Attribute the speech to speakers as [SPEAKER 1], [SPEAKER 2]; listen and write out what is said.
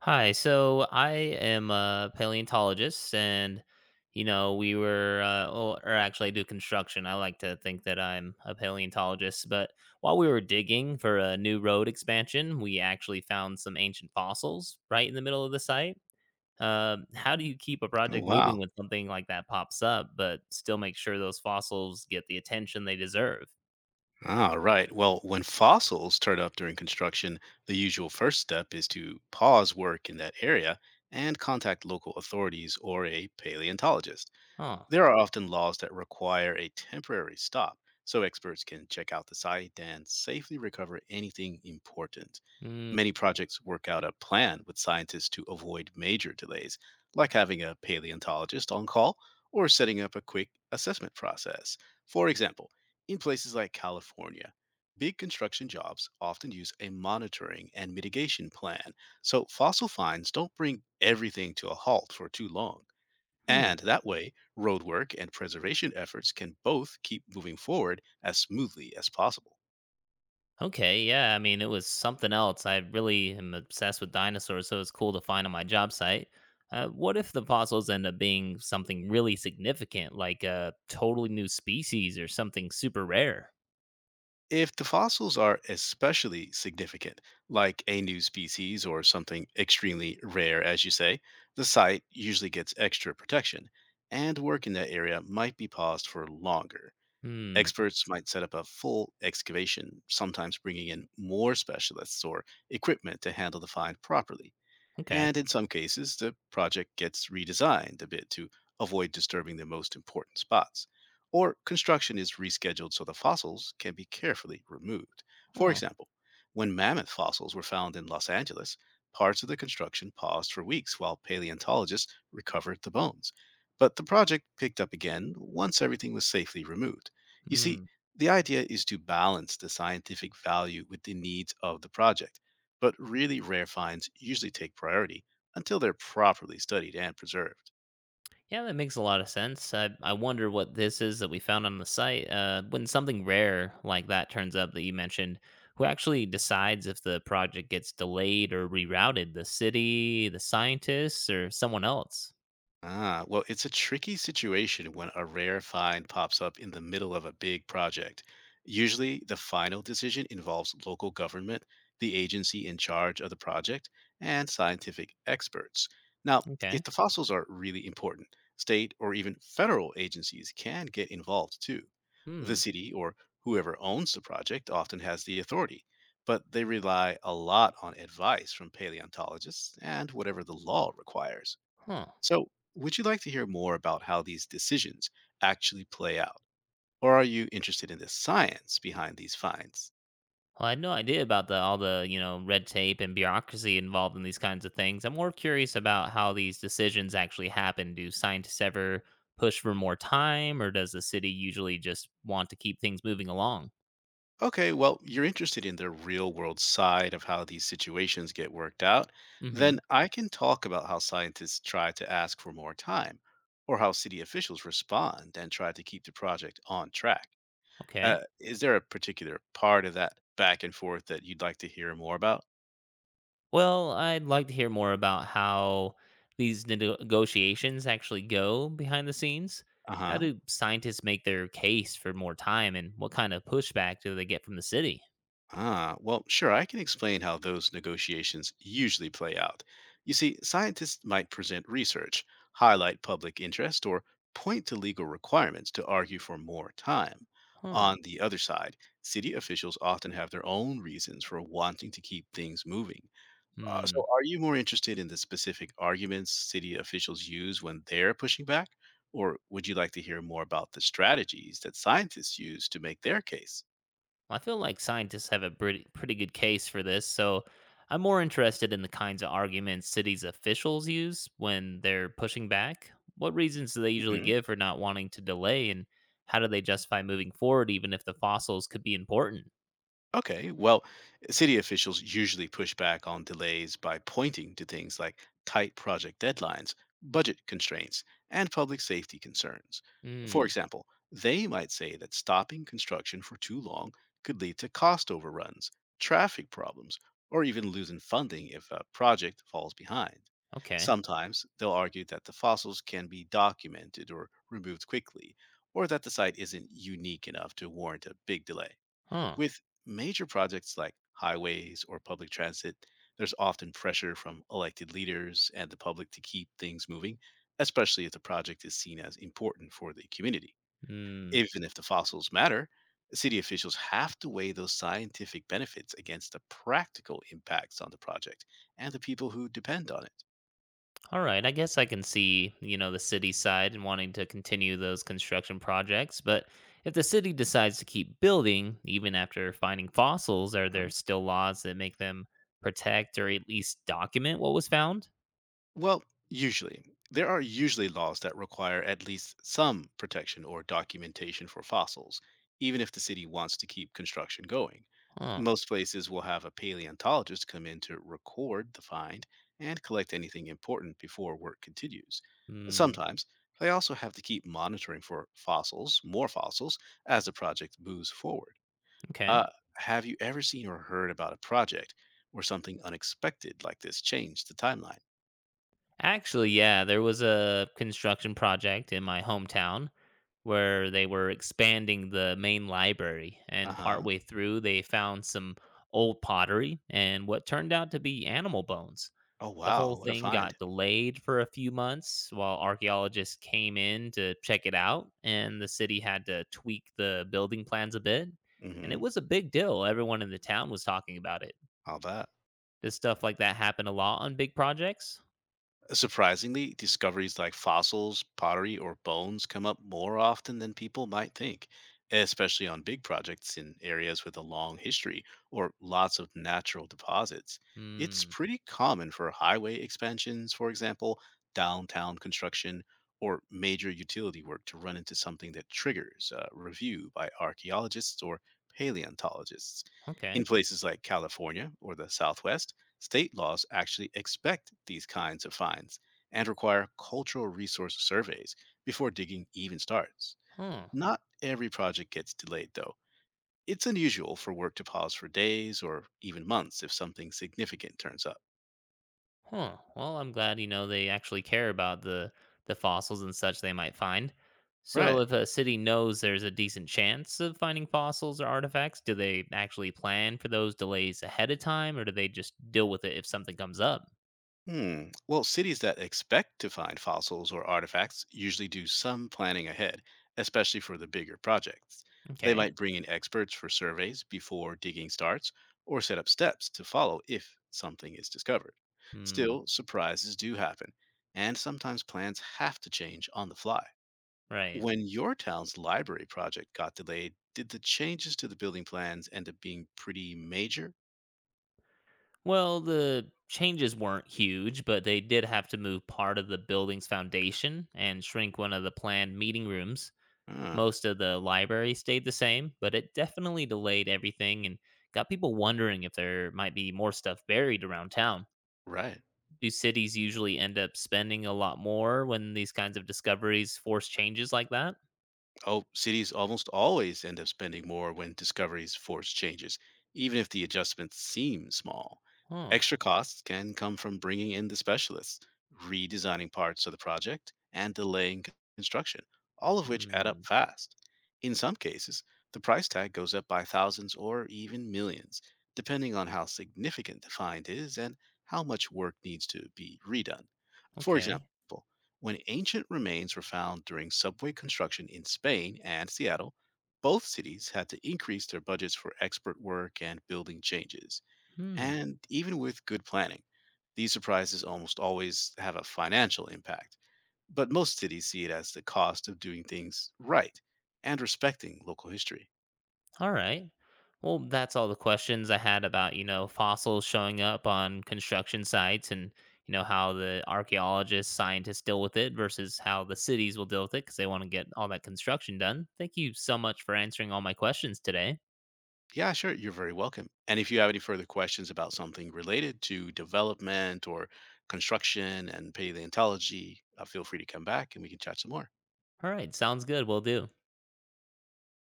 [SPEAKER 1] Hi, so I am a paleontologist, and or actually, I do construction. I like to think that I'm a paleontologist, but while we were digging for a new road expansion, we actually found some ancient fossils right in the middle of the site. How do you keep a
[SPEAKER 2] Oh,
[SPEAKER 1] project moving
[SPEAKER 2] wow.
[SPEAKER 1] when something like that pops up, but still make sure those fossils get the attention they deserve?
[SPEAKER 2] All right. Well, when fossils turn up during construction, the usual first step is to pause work in that area and contact local authorities or a paleontologist.
[SPEAKER 1] Huh.
[SPEAKER 2] There are often laws that require a temporary stop so experts can check out the site and safely recover anything important.
[SPEAKER 1] Mm.
[SPEAKER 2] Many projects work out a plan with scientists to avoid major delays, like having a paleontologist on call or setting up a quick assessment process. For example, in places like California, big construction jobs often use a monitoring and mitigation plan so fossil finds don't bring everything to a halt for too long.
[SPEAKER 1] Hmm.
[SPEAKER 2] And that way, roadwork and preservation efforts can both keep moving forward as smoothly as possible.
[SPEAKER 1] Okay, yeah. I mean, it was something else. I really am obsessed with dinosaurs, so it's cool to find on my job site. What if the fossils end up being something really significant, like a totally new species or something super rare?
[SPEAKER 2] If the fossils are especially significant, like a new species or something extremely rare, as you say, the site usually gets extra protection, and work in that area might be paused for longer.
[SPEAKER 1] Hmm.
[SPEAKER 2] Experts might set up a full excavation, sometimes bringing in more specialists or equipment to handle the find properly,
[SPEAKER 1] Okay.
[SPEAKER 2] and in some cases, the project gets redesigned a bit to avoid disturbing the most important spots. Or construction is rescheduled so the fossils can be carefully removed. For
[SPEAKER 1] Huh.
[SPEAKER 2] example, when mammoth fossils were found in Los Angeles, parts of the construction paused for weeks while paleontologists recovered the bones. But the project picked up again once everything was safely removed. You see,
[SPEAKER 1] Hmm.
[SPEAKER 2] the idea is to balance the scientific value with the needs of the project, but really rare finds usually take priority until they're properly studied and preserved.
[SPEAKER 1] Yeah, that makes a lot of sense. I wonder what this is that we found on the site. When something rare like that turns up that you mentioned, who actually decides if the project gets delayed or rerouted? The city, the scientists, or someone else?
[SPEAKER 2] Ah, well, it's a tricky situation when a rare find pops up in the middle of a big project. Usually, the final decision involves local government, the agency in charge of the project, and scientific experts. Now, if
[SPEAKER 1] Okay.
[SPEAKER 2] the fossils are really important, state or even federal agencies can get involved too. The
[SPEAKER 1] Hmm.
[SPEAKER 2] city or whoever owns the project often has the authority, but they rely a lot on advice from paleontologists and whatever the law requires.
[SPEAKER 1] Huh.
[SPEAKER 2] So, would you like to hear more about how these decisions actually play out? Or are you interested in the science behind these finds?
[SPEAKER 1] Well, I had no idea about the all the red tape and bureaucracy involved in these kinds of things. I'm more curious about how these decisions actually happen. Do scientists ever push for more time, or does the city usually just want to keep things moving along?
[SPEAKER 2] Okay, well, you're interested in the real world side of how these situations get worked out.
[SPEAKER 1] Hmm.
[SPEAKER 2] Then I can talk about how scientists try to ask for more time, or how city officials respond and try to keep the project on track.
[SPEAKER 1] Okay.
[SPEAKER 2] Is there a particular part of that back and forth that you'd like to hear more about?
[SPEAKER 1] Well, I'd like to hear more about how these negotiations actually go behind the scenes.
[SPEAKER 2] Uh
[SPEAKER 1] How
[SPEAKER 2] huh.
[SPEAKER 1] do scientists make their case for more time, and what kind of pushback do they get from the city?
[SPEAKER 2] Ah, well, sure, I can explain how those negotiations usually play out. You see, scientists might present research, highlight public interest, or point to legal requirements to argue for more time.
[SPEAKER 1] Huh.
[SPEAKER 2] On the other side, city officials often have their own reasons for wanting to keep things moving. So,
[SPEAKER 1] Hmm.
[SPEAKER 2] are you more interested in the specific arguments city officials use when they're pushing back? Or would you like to hear more about the strategies that scientists use to make their case?
[SPEAKER 1] I feel like scientists have a pretty, pretty good case for this, so I'm more interested in the kinds of arguments cities officials use when they're pushing back. What reasons do they usually give for not wanting to delay, and how do they justify moving forward even if the fossils could be important?
[SPEAKER 2] Okay, well, city officials usually push back on delays by pointing to things like tight project deadlines, budget constraints, and public safety concerns. For
[SPEAKER 1] Hmm,
[SPEAKER 2] example, they might say that stopping construction for too long could lead to cost overruns, traffic problems, or even losing funding if a project falls behind.
[SPEAKER 1] okay.
[SPEAKER 2] Sometimes they'll argue that the fossils can be documented or removed quickly, or that the site isn't unique enough to warrant a big delay.
[SPEAKER 1] Huh.
[SPEAKER 2] With major projects like highways or public transit, there's often pressure from elected leaders and the public to keep things moving, especially if the project is seen as important for the community.
[SPEAKER 1] Hmm.
[SPEAKER 2] Even if the fossils matter, city officials have to weigh those scientific benefits against the practical impacts on the project and the people who depend on it.
[SPEAKER 1] All right, I guess I can see, the city side and wanting to continue those construction projects, but if the city decides to keep building even after finding fossils, are there still laws that make them protect or at least document what was found?
[SPEAKER 2] Well, usually. There are usually laws that require at least some protection or documentation for fossils, even if the city wants to keep construction going.
[SPEAKER 1] Huh.
[SPEAKER 2] Most places will have a paleontologist come in to record the find and collect anything important before work continues.
[SPEAKER 1] Hmm.
[SPEAKER 2] Sometimes they also have to keep monitoring for fossils, more fossils, as the project moves forward.
[SPEAKER 1] Okay.
[SPEAKER 2] Uh, have you ever seen or heard about a project where something unexpected like this changed the timeline?
[SPEAKER 1] Actually, yeah, there was a construction project in my hometown where they were expanding the main library,
[SPEAKER 2] Uh
[SPEAKER 1] and
[SPEAKER 2] huh.
[SPEAKER 1] partway through, they found some old pottery and what turned out to be animal bones.
[SPEAKER 2] Oh,
[SPEAKER 1] The
[SPEAKER 2] wow.
[SPEAKER 1] whole
[SPEAKER 2] What a
[SPEAKER 1] thing
[SPEAKER 2] find.
[SPEAKER 1] got delayed for a few months while archaeologists came in to check it out, and the city had to tweak the building plans a bit. And it
[SPEAKER 2] Hmm.
[SPEAKER 1] was a big deal. Everyone in the town was talking about it.
[SPEAKER 2] I'll—
[SPEAKER 1] Does stuff like that happen a lot on big projects?
[SPEAKER 2] Surprisingly, discoveries like fossils, pottery, or bones come up more often than people might think, especially on big projects in areas with a long history or lots of natural deposits. It's
[SPEAKER 1] Hmm.
[SPEAKER 2] pretty common for highway expansions, for example, downtown construction, or major utility work to run into something that triggers a review by archaeologists or paleontologists. In
[SPEAKER 1] Okay.
[SPEAKER 2] places like California or the Southwest, state laws actually expect these kinds of fines and require cultural resource surveys before digging even starts.
[SPEAKER 1] Hmm.
[SPEAKER 2] Not every project gets delayed, though. It's unusual for work to pause for days or even months if something significant turns up.
[SPEAKER 1] Huh. Well, I'm glad they actually care about the fossils and such they might find. So,
[SPEAKER 2] Right.
[SPEAKER 1] if a city knows there's a decent chance of finding fossils or artifacts, do they actually plan for those delays ahead of time, or do they just deal with it if something comes up?
[SPEAKER 2] Hmm. Well, cities that expect to find fossils or artifacts usually do some planning ahead, especially for the bigger projects. They
[SPEAKER 1] Okay.
[SPEAKER 2] might bring in experts for surveys before digging starts or set up steps to follow if something is discovered.
[SPEAKER 1] Hmm.
[SPEAKER 2] Still, surprises do happen, and sometimes plans have to change on the fly.
[SPEAKER 1] Right.
[SPEAKER 2] When your town's library project got delayed, did the changes to the building plans end up being pretty major?
[SPEAKER 1] Well, the changes weren't huge, but they did have to move part of the building's foundation and shrink one of the planned meeting rooms.
[SPEAKER 2] Ah,
[SPEAKER 1] Most of the library stayed the same, but it definitely delayed everything and got people wondering if there might be more stuff buried around town.
[SPEAKER 2] right.
[SPEAKER 1] Do cities usually end up spending a lot more when these kinds of discoveries force changes like that?
[SPEAKER 2] Oh, cities almost always end up spending more when discoveries force changes, even if the adjustments seem small.
[SPEAKER 1] Huh.
[SPEAKER 2] Extra costs can come from bringing in the specialists, redesigning parts of the project, and delaying construction, all of which add up
[SPEAKER 1] Hmm.
[SPEAKER 2] fast. In some cases, the price tag goes up by thousands or even millions, depending on how significant the find is and how much work needs to be redone. For example,
[SPEAKER 1] Okay.
[SPEAKER 2] when ancient remains were found during subway construction in Spain and Seattle, both cities had to increase their budgets for expert work and building changes.
[SPEAKER 1] Hmm.
[SPEAKER 2] And even with good planning, these surprises almost always have a financial impact. But most cities see it as the cost of doing things right and respecting local history.
[SPEAKER 1] All right. Well, that's all the questions I had about, fossils showing up on construction sites and, how the archaeologists, scientists deal with it versus how the cities will deal with it because they want to get all that construction done. Thank you so much for answering all my questions today.
[SPEAKER 2] Yeah, sure, you're very welcome. And if you have any further questions about something related to development or construction and paleontology, feel free to come back and we can chat some more.
[SPEAKER 1] All right. Sounds good. We'll do.